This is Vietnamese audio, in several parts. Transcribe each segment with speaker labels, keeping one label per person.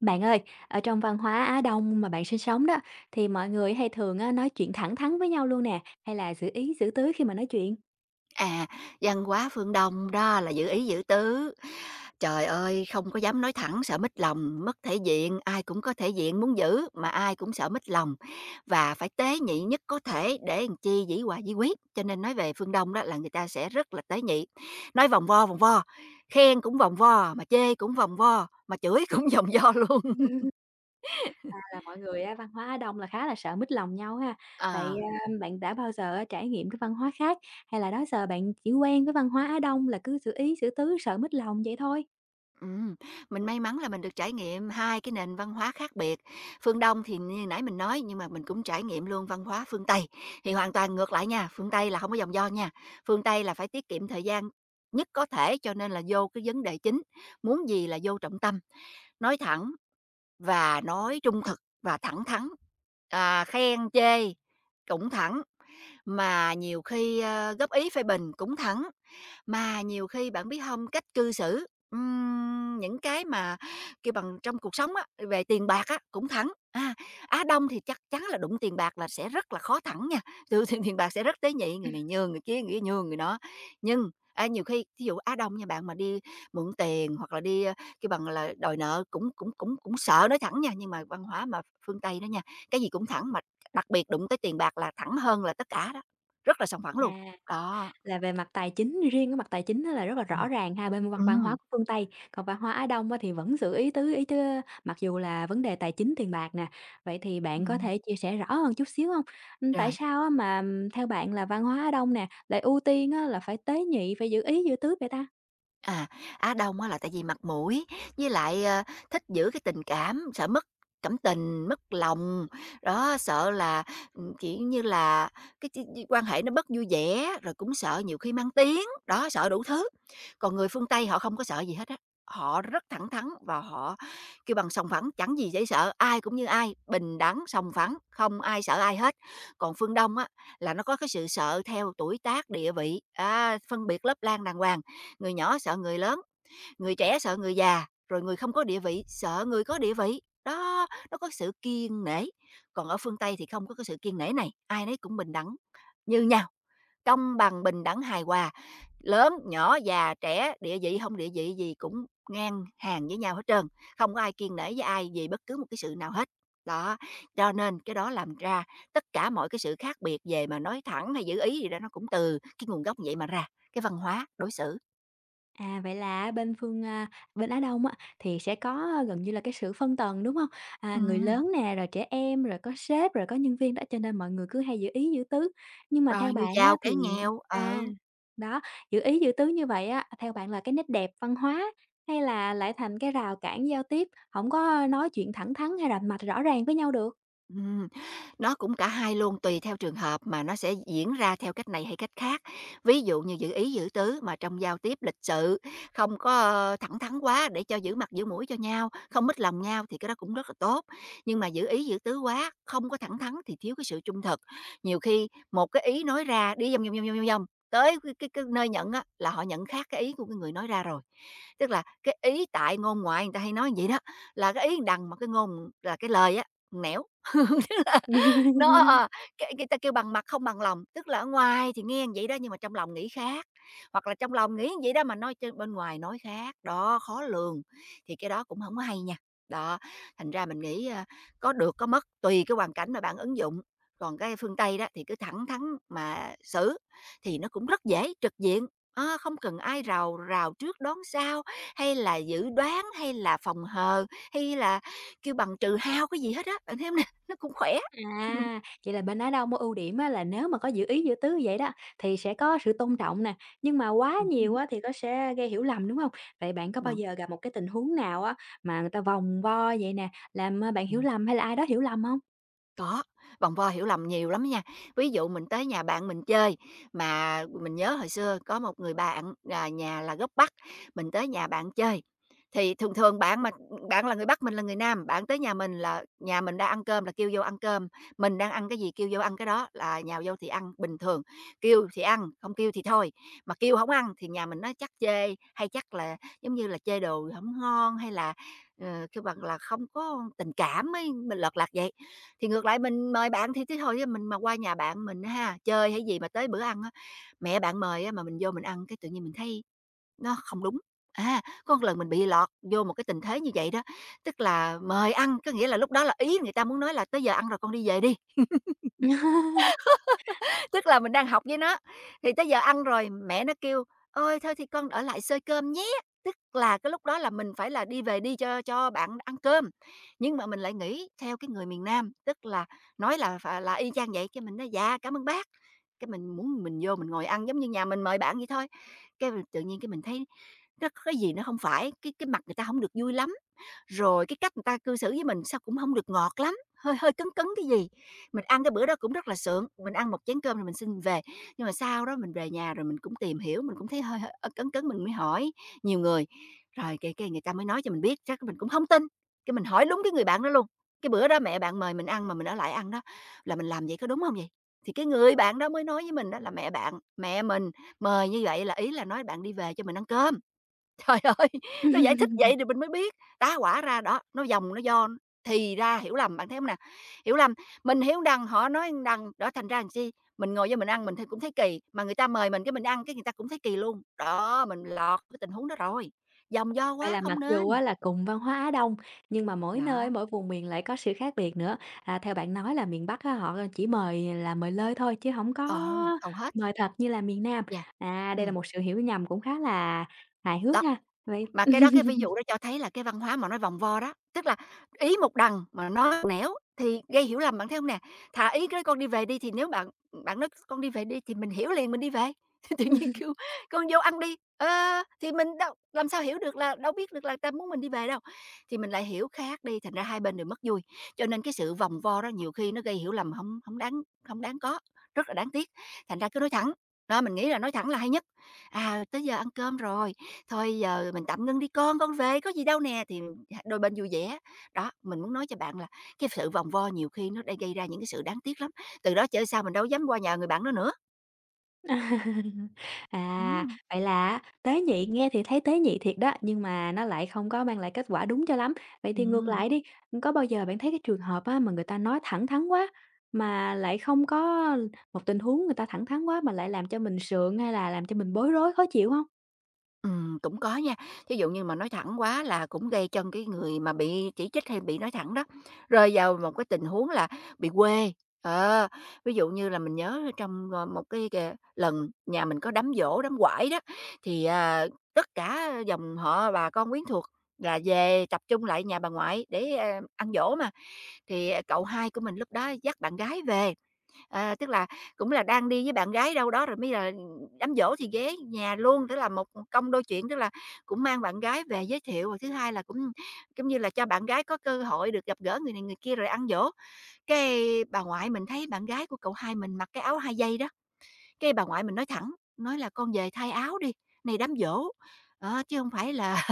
Speaker 1: Bạn ơi, ở trong văn hóa Á Đông mà bạn sinh sống đó, thì mọi người hay thường nói chuyện thẳng thắn với nhau luôn nè, hay là giữ ý giữ tứ khi mà nói chuyện?
Speaker 2: À, văn hóa phương Đông đó là giữ ý giữ tứ. Trời ơi, không có dám nói thẳng, sợ mít lòng, mất thể diện, ai cũng có thể diện muốn giữ mà ai cũng sợ mít lòng và phải tế nhị nhất có thể để làm chi dĩ hòa vi quý. Cho nên nói về phương Đông đó là người ta sẽ rất là tế nhị. Nói vòng vo, khen cũng vòng vo, mà chê cũng vòng vo, mà chửi cũng vòng vo luôn.
Speaker 1: Là mọi người á, văn hóa Á Đông là khá là sợ mít lòng nhau ha. Vậy
Speaker 2: Ờ.
Speaker 1: bạn đã bao giờ á, trải nghiệm cái văn hóa khác, hay là đó giờ bạn chỉ quen với văn hóa Á Đông là cứ giữ ý giữ tứ, sợ mít lòng vậy thôi?
Speaker 2: Ừm, mình may mắn là mình được trải nghiệm 2 cái nền văn hóa khác biệt. Phương Đông thì như nãy mình nói, nhưng mà mình cũng trải nghiệm luôn văn hóa phương Tây, thì hoàn toàn ngược lại nha, phương Tây là không có vòng vo nha. Phương Tây là phải tiết kiệm thời gian nhất có thể, cho nên là vô cái vấn đề chính, muốn gì là vô trọng tâm, nói thẳng và nói trung thực và thẳng thắn, khen chê cũng thẳng, mà nhiều khi, góp ý phê bình cũng thẳng. Mà nhiều khi bạn biết không cách cư xử, những cái mà kêu bằng trong cuộc sống á, về tiền bạc á, cũng thẳng. À, Á Đông thì chắc chắn là đụng tiền bạc là sẽ rất là khó thẳng nha, từ tiền tiền bạc sẽ rất tế nhị,
Speaker 1: Ừ.
Speaker 2: người này nhường người kia nhường người đó. Nhưng, nhiều khi ví dụ Á Đông nha bạn, mà đi mượn tiền hoặc là đi, kêu bằng là, đòi nợ cũng cũng cũng cũng sợ nói thẳng nha, nhưng mà văn hóa mà phương Tây đó nha, cái gì cũng thẳng, mà đặc biệt đụng tới tiền bạc là thẳng hơn là tất cả đó, rất là sòng phẳng luôn.
Speaker 1: À.
Speaker 2: Đó.
Speaker 1: Là về mặt tài chính, riêng cái mặt tài chính á là rất là rõ
Speaker 2: Ừm.
Speaker 1: ràng ha, bên văn văn hóa
Speaker 2: Ừm.
Speaker 1: của phương Tây, còn văn hóa Á Đông á thì vẫn giữ ý tứ mặc dù là vấn đề tài chính tiền bạc nè. Vậy thì bạn có
Speaker 2: Ừm,
Speaker 1: thể chia sẻ rõ hơn chút xíu hông? Tại
Speaker 2: rồi.
Speaker 1: sao á mà theo bạn là văn hóa Á Đông nè, lại ưu tiên á là phải tế nhị, phải giữ ý giữ tứ vậy ta?
Speaker 2: À, Á Đông á là tại vì mặt mũi, với lại, thích giữ cái tình cảm, sợ mất cảm tình, mất lòng, đó, sợ là, kiểu như là, cái ch quan hệ nó bớt vui vẻ, rồi cũng sợ nhiều khi mang tiếng, đó, sợ đủ thứ. Còn người phương Tây họ không có sợ gì hết á, họ rất thẳng thắn và họ kêu bằng sòng phẳng, chẳng gì dễ sợ, ai cũng như ai, bình đẳng, sòng phẳng, không ai sợ ai hết. Còn phương Đông á là nó có cái sự sợ theo tuổi tác, địa vị, á, phân biệt lớp lang đàng hoàng. Người nhỏ sợ người lớn, người trẻ sợ người già, rồi người không có địa vị sợ người có địa vị. Đó, nó có sự kiêng nể. Còn ở phương Tây thì không có cái sự kiêng nể này, ai nấy cũng bình đẳng như nhau, công bằng, bình đẳng, hài hòa. Lớn, nhỏ, già, trẻ, địa vị không địa vị gì cũng ngang hàng với nhau hết trơn, không có ai kiêng nể với ai vì bất cứ một cái sự nào hết. Đó, cho nên cái đó làm ra tất cả mọi cái sự khác biệt về mà nói thẳng hay giữ ý gì đó nó cũng từ cái nguồn gốc như vậy mà ra, cái văn hóa đối xử.
Speaker 1: À, vậy là á bên bên Á Đông á thì sẽ có gần như là cái sự phân tầng, đúng hông? À, người
Speaker 2: Ừm.
Speaker 1: lớn nè, rồi trẻ em, rồi có sếp, rồi có nhân viên đó, cho nên mọi người cứ hay giữ ý giữ tứ. Nhưng mà theo
Speaker 2: Rồi, người
Speaker 1: bạn á
Speaker 2: giàu,
Speaker 1: thì
Speaker 2: kẻ nghèo, ờ.
Speaker 1: à. Đó, giữ ý giữ tứ như vậy á, theo bạn là cái nét đẹp văn hóa hay là lại thành cái rào cản giao tiếp, hổng có nói chuyện thẳng thắn hay rành mạch rõ ràng với nhau được?
Speaker 2: Ừm, nó cũng cả hai luôn, tùy theo trường hợp mà nó sẽ diễn ra theo cách này hay cách khác. Ví dụ như giữ ý giữ tứ mà trong giao tiếp lịch sự, không có, thẳng thắn quá để cho giữ mặt giữ mũi cho nhau, không mích lòng nhau thì cái đó cũng rất là tốt. Nhưng mà giữ ý giữ tứ quá, không có thẳng thắn thì thiếu cái sự trung thực. Nhiều khi một cái ý nói ra đi vòng, vòng, vòng, vòng, vòng, vòng, tới cái nơi nhận á là họ nhận khác cái ý của cái người nói ra rồi. Tức là cái ý tại ngôn ngoại, người ta hay nói vậy đó, là cái ý đằng mà cái ngôn là cái lời á, nẻo. Nó ờ, ờ, cái người ta kêu bằng mặt không bằng lòng, tức là ở ngoài thì nghe vậy đó nhưng mà trong lòng nghĩ khác, hoặc là trong lòng nghĩ vậy đó mà nói trên bên ngoài nói khác, đó, khó lường, thì cái đó cũng không có hay nha. Đó, thành ra mình nghĩ, có được có mất tùy cái hoàn cảnh mà bạn ứng dụng, còn cái phương Tây đó thì cứ thẳng thắn mà xử thì nó cũng rất dễ trực diện, không cần ai rào rào trước đón sau, hay là dự đoán, hay là phòng hờ, hay là kêu bằng trừ hao cái gì hết á, bạn thấy hông nè? Nó cũng khỏe.
Speaker 1: À, vậy là bên đó đâu có ưu điểm á là nếu mà có giữ ý giữ tứ như vậy đó, thì sẽ có sự tôn trọng nè, nhưng mà quá nhiều
Speaker 2: Hứm,
Speaker 1: á thì có sẽ gây hiểu lầm, đúng hông? Vậy bạn có bao
Speaker 2: bấm,
Speaker 1: giờ gặp một cái tình huống nào á mà người ta vòng vo vậy nè, làm, bạn hiểu
Speaker 2: ừm.
Speaker 1: lầm hay là ai đó hiểu lầm hông?
Speaker 2: Có, vòng vo hiểu lầm nhiều lắm nha. Ví dụ mình tới nhà bạn mình chơi, mà mình nhớ hồi xưa có một người bạn, nhà là gốc Bắc, mình tới nhà bạn chơi, thì thường thường bạn là người Bắc, mình là người Nam, bạn tới nhà mình là nhà mình đang ăn cơm là kêu vô ăn cơm, mình đang ăn cái gì kêu vô ăn cái đó, là nhào vô thì ăn bình thường, kêu thì ăn, không kêu thì thôi. Mà kêu không ăn thì nhà mình nói chắc chê, hay chắc là, giống như là, chê đồ không ngon hay là, kêu bằng là không có tình cảm ấy, mình lật lạc vậy. Thì ngược lại mình mời bạn thì thế thôi, chứ mình mà qua nhà bạn mình á ha, chơi hay gì mà tới bữa ăn á, mẹ bạn mời á mà mình vô mình ăn cái tự nhiên mình thấy nó không đúng. À, có một lần mình bị lọt vô một cái tình thế như vậy đó, tức là mời ăn, có nghĩa là lúc đó là ý người ta muốn nói là "Tới giờ ăn rồi, con đi về đi." Tức là mình đang học với nó, thì tới giờ ăn rồi mẹ nó kêu: "Ôi, thôi thì con ở lại xơi cơm nhé!" Tức là cái lúc đó là mình phải là đi về đi cho bạn ăn cơm. Nhưng mà mình lại nghĩ theo cái người miền Nam, tức là nói là ph là y chang vậy, cái mình nói: "Dạ, cảm ơn bác." Cái mình muốn mình vô mình ngồi ăn giống như nhà mình mời bạn vậy thôi. Cái mình tự nhiên cái mình thấy nó có cái gì nó không phải, cái mặt người ta không được vui lắm, rồi cái cách người ta cư xử với mình sao cũng không được ngọt lắm, hơi hơi cấn cấn cái gì. Mình ăn cái bữa đó cũng rất là sượng, mình ăn một chén cơm rồi mình xin về. Nhưng mà sau đó mình về nhà rồi mình cũng tìm hiểu, mình cũng thấy hơi hơi cấn cấn, mình mới hỏi nhiều người, rồi cái người ta mới nói cho mình biết, chắc mình cũng không tin, cái mình hỏi đúng cái người bạn đó luôn. "Cái bữa đó mẹ bạn mời mình ăn mà mình ở lại ăn đó, là mình làm vậy có đúng không vậy?" Thì cái người bạn đó mới nói với mình đó là mẹ mình mời như vậy là ý là nói bạn đi về cho mình ăn cơm. Trời ơi! Nó giải thích vậy thì mình mới biết, tá hỏa ra đó, nó vòng nó do, thì ra hiểu lầm, bạn thấy hông nè? Hiểu lầm, mình hiểu đằng, họ nói đằng, đó, thành ra làm chi, mình ngồi vô mình ăn mình thấy cũng thấy kỳ, mà người ta mời mình cái mình ăn cái người ta cũng thấy kỳ luôn. Đó, mình lọt cái tình huống đó rồi, vòng vo
Speaker 1: Vậy
Speaker 2: quá
Speaker 1: là mặc
Speaker 2: không
Speaker 1: dù
Speaker 2: nên.
Speaker 1: á là cùng văn hóa Á Đông, nhưng mà mỗi nơi,
Speaker 2: Đó,
Speaker 1: mỗi vùng miền lại có sự khác biệt nữa. À, theo bạn nói là miền Bắc á, họ chỉ mời là mời lơi thôi chứ không có
Speaker 2: ờ, hầu hết,
Speaker 1: mời thật như là miền Nam.
Speaker 2: yeah,
Speaker 1: À, đây là
Speaker 2: ừm,
Speaker 1: một sự hiểu nhầm cũng khá là hài hước
Speaker 2: đó.
Speaker 1: ha, vậy
Speaker 2: Mà cái đó cái ví dụ đó cho thấy là cái văn hóa mà nói vòng vo đó, tức là ý một đằng mà nó nẻo thì gây hiểu lầm, bạn thấy không nè? Thà ý cái "Con đi về đi" thì nếu bạn bạn nói "Con đi về đi" thì mình hiểu liền, mình đi về. Tự nhiên kêu "Con vô ăn đi", ơ, thì mình đâu làm sao hiểu được là đâu biết được là người ta muốn mình đi về đâu, thì mình lại hiểu khác đi, thành ra hai bên đều mất vui. Cho nên cái sự vòng vo đó nhiều khi nó gây hiểu lầm không không đáng không đáng có, rất là đáng tiếc, thành ra cứ nói thẳng, đó, mình nghĩ là nói thẳng là hay nhất. "À, tới giờ ăn cơm rồi, thôi giờ mình tạm ngưng đi con về, có gì đâu nè." Thì đôi bên vui vẻ. Đó, mình muốn nói cho bạn là cái sự vòng vo nhiều khi nó đã gây ra những cái sự đáng tiếc lắm, từ đó trở sau mình đâu dám qua nhà người bạn đó nữa.
Speaker 1: À,
Speaker 2: Ừm,
Speaker 1: vậy là á tế nhị, nghe thì thấy tế nhị thiệt đó, nhưng mà nó lại không có mang lại kết quả đúng cho lắm. Vậy thì ngược
Speaker 2: ừm.
Speaker 1: lại đi, có bao giờ bạn thấy cái trường hợp á, mà người ta nói thẳng thắn quá, mà lại không có một tình huống người ta thẳng thắn quá mà lại làm cho mình sượng hay là làm cho mình bối rối, khó chịu không?
Speaker 2: Cũng có nha. Thí dụ như mà nói thẳng quá là cũng gây cho cái người mà bị chỉ trích hay bị nói thẳng đó, rơi vào một cái tình huống là bị quê. Ờ, Ví dụ như là mình nhớ trong, một cái kè lần nhà mình có đám giỗ, đám quải đó, thì, tất cả dòng họ bà con quyến thuộc là về tập trung lại nhà bà ngoại để, ăn giỗ mà. Thì, cậu hai của mình lúc đó dắt bạn gái về. Tức là cũng là đang đi với bạn gái đâu đó rồi mới là đám giỗ thì ghé nhà luôn, tức là một công đôi chuyện, tức là cũng mang bạn gái về giới thiệu, và thứ hai là cũng như là, cho bạn gái có cơ hội được gặp gỡ người này người kia rồi ăn giỗ. Cái bà ngoại mình thấy bạn gái của cậu hai mình mặc cái áo hai dây đó, cái bà ngoại mình nói thẳng, nói là "Con về thay áo đi, này đám giỗ." Đó, chứ không phải là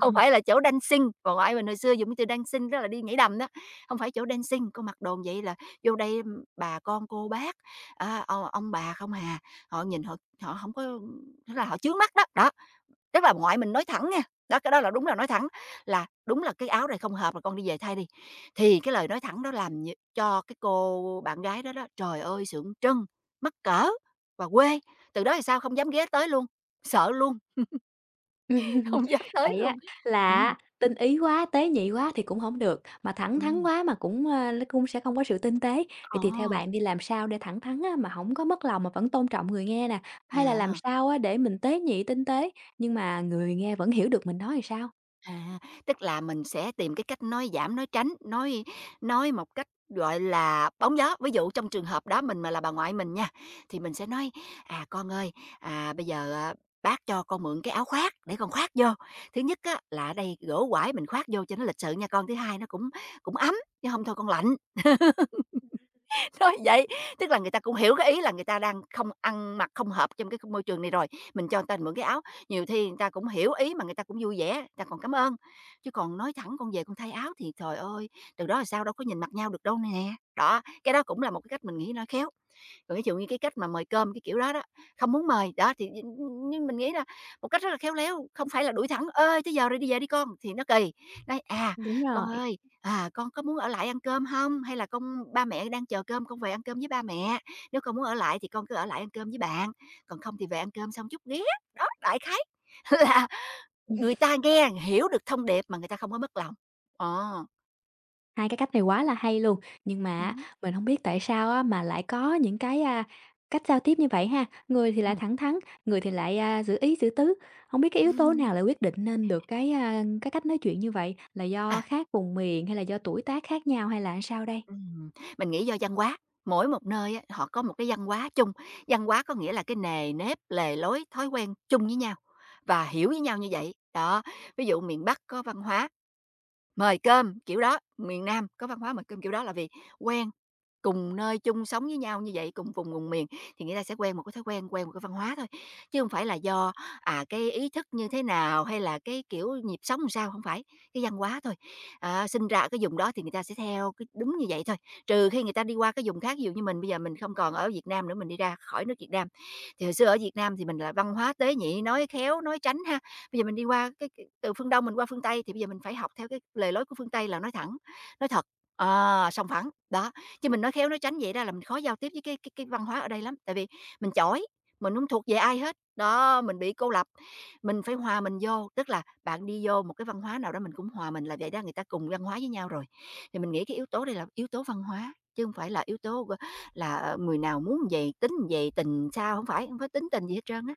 Speaker 2: chỗ dancing, bà ngoại mình hồi xưa dùng cái từ dancing tức là đi nhảy đầm đó, không phải chỗ dancing, con mặc đồn vậy là vô đây bà con cô bác, ông bà không hà, họ nhìn họ họ không có tức là họ chướng mắt đó. Đó, tức là bà ngoại mình nói thẳng nha đó, cái đó là đúng là nói thẳng là "Đúng là cái áo này không hợp, mà con đi về thay đi." Thì cái lời nói thẳng đó làm cho cái cô bạn gái đó đó, trời ơi, sượng trân, mắc cỡ và quê, từ đó thì sao, không dám ghé tới luôn, sợ luôn,
Speaker 1: Ừm.
Speaker 2: không dám tới
Speaker 1: Vậy á
Speaker 2: luôn.
Speaker 1: là
Speaker 2: Ừm,
Speaker 1: á tinh ý quá, tế nhị quá thì cũng hổng được, mà thẳng thắn
Speaker 2: ừm.
Speaker 1: quá mà nó cũng sẽ không có sự tinh tế. Vậy
Speaker 2: Ờ,
Speaker 1: thì theo bạn đi, làm sao để thẳng thắn á mà hổng có mất lòng mà vẫn tôn trọng người nghe nè? Hay là làm
Speaker 2: à,
Speaker 1: sao á để mình tế nhị, tinh tế nhưng mà người nghe vẫn hiểu được mình nói làm sao?
Speaker 2: à, Tức là mình sẽ tìm cái cách nói giảm, nói tránh, nói một cách, gọi là, bóng gió. Ví dụ trong trường hợp đó mình mà là bà ngoại mình nha, thì mình sẽ nói: "À, con ơi, bây giờ, bác cho con mượn cái áo khoác để con khoác vô. Thứ nhất á là ở đây gỗ quải mình khoác vô cho nó lịch sự nha con, thứ hai nó cũng cũng ấm, chứ không thôi con lạnh." Nói vậy, tức là người ta cũng hiểu cái ý là người ta đang không ăn mặc không hợp trong cái môi trường này rồi, mình cho người ta mượn cái áo, nhiều khi người ta cũng hiểu ý mà người ta cũng vui vẻ, người ta còn cảm ơn. Chứ còn nói thẳng "Con về con thay áo" thì trời ơi, từ đó là sao đâu có nhìn mặt nhau được đâu nè. Đó, cái đó cũng là một cái cách mình nghĩ nó khéo. Còn cái, kiểu như, cái cách mà mời cơm, cái kiểu đó đó, không muốn mời, đó, thì nhưng mình nghĩ là một cách rất là khéo léo, không phải là đuổi thẳng: ơi tới giờ rồi, đi về đi con!" thì nó kỳ, nói: "À,
Speaker 1: Đúng
Speaker 2: con
Speaker 1: rồi.
Speaker 2: ơi, con có muốn ở lại ăn cơm không? Hay là con, ba mẹ đang chờ cơm, con về ăn cơm với ba mẹ. Nếu con muốn ở lại thì con cứ ở lại ăn cơm với bạn, còn không thì về ăn cơm xong chút ghé." Đó, đại khái là người ta nghe hiểu được thông điệp mà người ta không có mất lòng. Ờ,
Speaker 1: Hai cái cách này quá là hay luôn, nhưng mà
Speaker 2: ừ
Speaker 1: á, mình không biết tại sao á mà lại có những cách giao tiếp như vậy ha? Người thì
Speaker 2: ừ.
Speaker 1: lại thẳng thắn, người thì giữ ý giữ tứ. Không biết cái yếu tố nào lại quyết định nên được cái cách nói chuyện như vậy? Là do
Speaker 2: À.
Speaker 1: khác vùng miền hay là do tuổi tác khác nhau hay là sao đây?
Speaker 2: Ừm, mình nghĩ do văn hóa, mỗi một nơi á, họ có một cái văn hóa chung, văn hóa có nghĩa là cái nề nếp, lề lối, thói quen chung với nhau và hiểu với nhau như vậy. Đó, ví dụ miền Bắc có văn hóa mời cơm kiểu đó, miền Nam có văn hóa mời cơm kiểu đó là vì quen cùng nơi chung sống với nhau như vậy, cùng vùng cùng miền thì người ta sẽ quen một cái thói quen, quen một cái văn hóa thôi, chứ không phải là do, cái ý thức như thế nào hay là cái, kiểu, nhịp sống làm sao, không phải, cái văn hóa thôi. Sinh ra ở cái vùng đó thì người ta sẽ theo cái đúng như vậy thôi, trừ khi người ta đi qua cái vùng khác, ví dụ như mình bây giờ mình không còn ở Việt Nam nữa, mình đi ra khỏi nước Việt Nam. Thì hồi xưa ở Việt Nam thì mình là văn hóa tế nhị, nói khéo, nói tránh ha, bây giờ mình đi qua cái từ phương Đông mình qua phương Tây thì bây giờ mình phải học theo cái lề lối của phương Tây là nói thẳng, nói thật, sòng phẳng, đó. Chứ mình nói khéo nói tránh vậy đó là mình khó giao tiếp với cái văn hóa ở đây lắm, tại vì mình chỏi, mình không thuộc về ai hết. Đó, mình bị cô lập, mình phải hòa mình vô, tức là bạn đi vô một cái văn hóa nào đó mình cũng hòa mình là vậy đó, người ta cùng văn hóa với nhau rồi. Thì mình nghĩ cái yếu tố đây là yếu tố văn hóa, chứ không phải là yếu tố là, người nào muốn về tính về tình sao không phải, không có tính tình gì hết trơn á.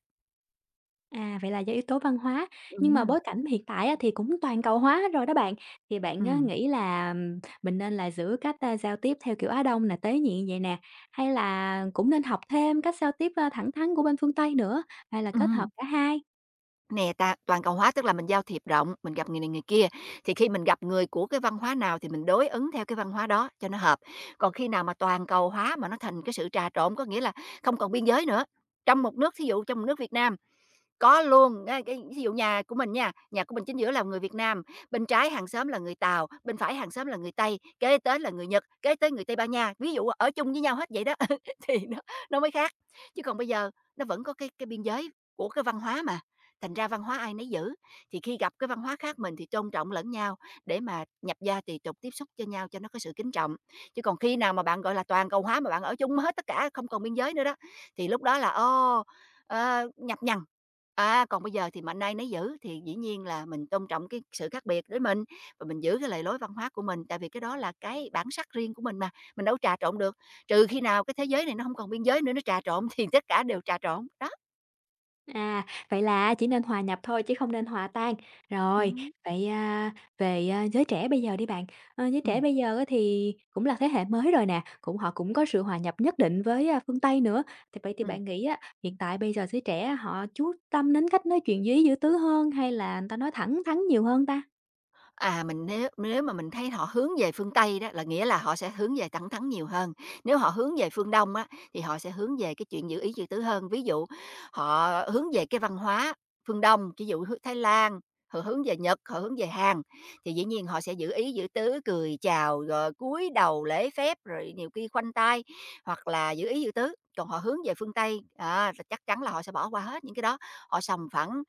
Speaker 1: À, vậy là do yếu tố văn hóa, nhưng mà
Speaker 2: Ừm,
Speaker 1: bối cảnh hiện tại á thì cũng toàn cầu hóa hết rồi đó bạn, thì bạn á
Speaker 2: ừm,
Speaker 1: nghĩ là mình nên là giữ giao tiếp theo kiểu Á Đông là tế nhị vậy nè, hay là cũng nên học thêm cách giao tiếp thẳng thắn của bên phương Tây nữa, hay là kết hợp
Speaker 2: ừm.
Speaker 1: cả hai?
Speaker 2: Nè, ta toàn cầu hóa tức là mình giao thiệp rộng, mình gặp người này người kia, thì khi mình gặp người của cái văn hóa nào thì mình đối ứng theo cái văn hóa đó cho nó hợp. Còn khi nào mà toàn cầu hóa mà nó thành cái sự trà trộn, có nghĩa là không còn biên giới nữa, trong một nước, thí dụ trong một nước Việt Nam có luôn, cái ví dụ nhà của mình nha, nhà của mình chính giữa là người Việt Nam, bên trái hàng xóm là người Tàu, bên phải hàng xóm là người Tây, kế tới là người Nhật, kế tới người Tây Ban Nha, ví dụ ở chung với nhau hết vậy đó, thì nó mới khác. Chứ còn bây giờ nó vẫn có cái biên giới của cái văn hóa mà, thành ra văn hóa ai nấy giữ, thì khi gặp cái văn hóa khác mình thì tôn trọng lẫn nhau để mà nhập gia tùy tục, tiếp xúc cho nhau cho nó có sự kính trọng. Chứ còn khi nào mà bạn, gọi là, toàn cầu hóa mà bạn ở chung hết tất cả không còn biên giới nữa đó, thì lúc đó là, nhập nhằng. Còn bây giờ thì mạnh ai nấy giữ, thì dĩ nhiên là mình tôn trọng cái sự khác biệt với mình và mình giữ cái lề lối văn hóa của mình, tại vì cái đó là cái bản sắc riêng của mình mà, mình đâu có trà trộn được, trừ khi nào cái thế giới này nó không còn biên giới nữa, nó trà trộn thì tất cả đều trà trộn. Đó,
Speaker 1: À, vậy là chỉ nên hòa nhập thôi chứ không nên hòa tan. Rồi,
Speaker 2: ừm,
Speaker 1: vậy, a, về giới trẻ bây giờ đi bạn, giới trẻ
Speaker 2: ừm,
Speaker 1: bây giờ á thì cũng là thế hệ mới rồi nè, cũng họ cũng có sự hòa nhập nhất định với phương Tây nữa. Thì vậy thì
Speaker 2: ừm.
Speaker 1: bạn nghĩ á, hiện tại bây giờ giới trẻ họ chú tâm đến cách nói chuyện dí giữ tứ hơn hay là người ta nói thẳng thắn nhiều hơn ta?
Speaker 2: Mình nếu nếu mà mình thấy họ hướng về phương Tây đó là nghĩa là họ sẽ hướng về thẳng thắn nhiều hơn. Nếu họ hướng về phương Đông á, thì họ sẽ hướng về cái chuyện giữ ý giữ tứ hơn. Ví dụ họ hướng về cái văn hóa phương Đông, ví dụ hướng Thái Lan, họ hướng về Nhật, họ hướng về Hàn, thì dĩ nhiên họ sẽ giữ ý giữ tứ, cười chào, rồi cúi đầu lễ phép, rồi nhiều khi khoanh tay, hoặc là giữ ý giữ tứ. Còn họ hướng về phương Tây, là chắc chắn là họ sẽ bỏ qua hết những cái đó, họ sòng phẳng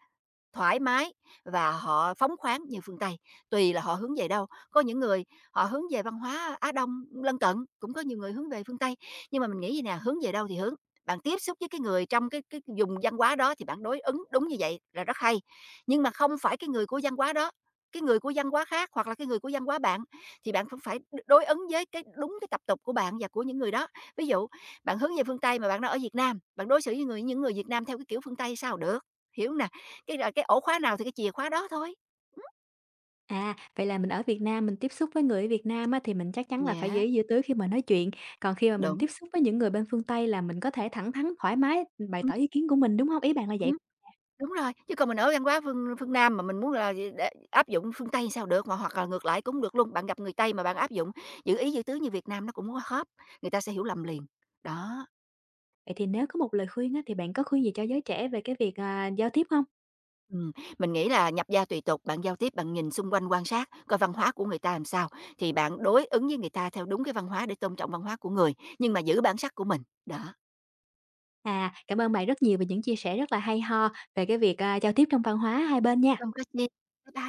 Speaker 2: thoải mái và họ phóng khoáng như phương Tây, tùy là họ hướng về đâu. Có những người họ hướng về văn hóa Á Đông lân cận, cũng có nhiều người hướng về phương Tây, nhưng mà mình nghĩ gì nè, hướng về đâu thì hướng. Bạn tiếp xúc với cái người trong cái vùng văn hóa đó thì bạn đối ứng đúng như vậy là rất hay. Nhưng mà không phải cái người của văn hóa đó, cái người của văn hóa khác hoặc là cái người của văn hóa bạn thì bạn cũng phải đối ứng với cái đúng cái tập tục của bạn và của những người đó. Ví dụ, bạn hướng về phương Tây mà bạn đang ở Việt Nam, bạn đối xử với người những người Việt Nam theo cái kiểu phương Tây sao được, hiểu nè? Cái là cái ổ khóa nào thì cái chìa khóa đó thôi. Ừm.
Speaker 1: À, vậy là mình ở Việt Nam mình tiếp xúc với người ở Việt Nam á thì mình chắc chắn là phải
Speaker 2: Dạ,
Speaker 1: dí giữ tứ khi mà nói chuyện, còn khi mà mình
Speaker 2: đúng.
Speaker 1: tiếp xúc với những người bên phương Tây là mình có thể thẳng thắn, thoải mái, bày
Speaker 2: Ừm,
Speaker 1: tỏ ý kiến của mình, đúng không? Ý bạn là vậy?
Speaker 2: ừm, đúng rồi, chứ còn mình ở văn hóa phương phương Nam mà mình muốn là gì để áp dụng phương Tây sao được, mà hoặc là ngược lại cũng được luôn. Bạn gặp người Tây mà bạn áp dụng giữ ý giữ tứ như Việt Nam nó cũng quá khớp, người ta sẽ hiểu lầm liền. Đó,
Speaker 1: Vậy thì nếu có một lời khuyên á, thì bạn có khuyên gì cho giới trẻ về cái việc giao tiếp không?
Speaker 2: ừm, mình nghĩ là nhập gia tùy tục, bạn giao tiếp, bạn nhìn xung quanh quan sát coi văn hóa của người ta làm sao, thì bạn đối ứng với người ta theo đúng cái văn hóa để tôn trọng văn hóa của người, nhưng mà giữ bản sắc của mình. Đó,
Speaker 1: À, cảm ơn bạn rất nhiều về những chia sẻ rất là hay ho về cái việc giao tiếp trong văn hóa hai bên nha.
Speaker 2: không có chi. Bye bye.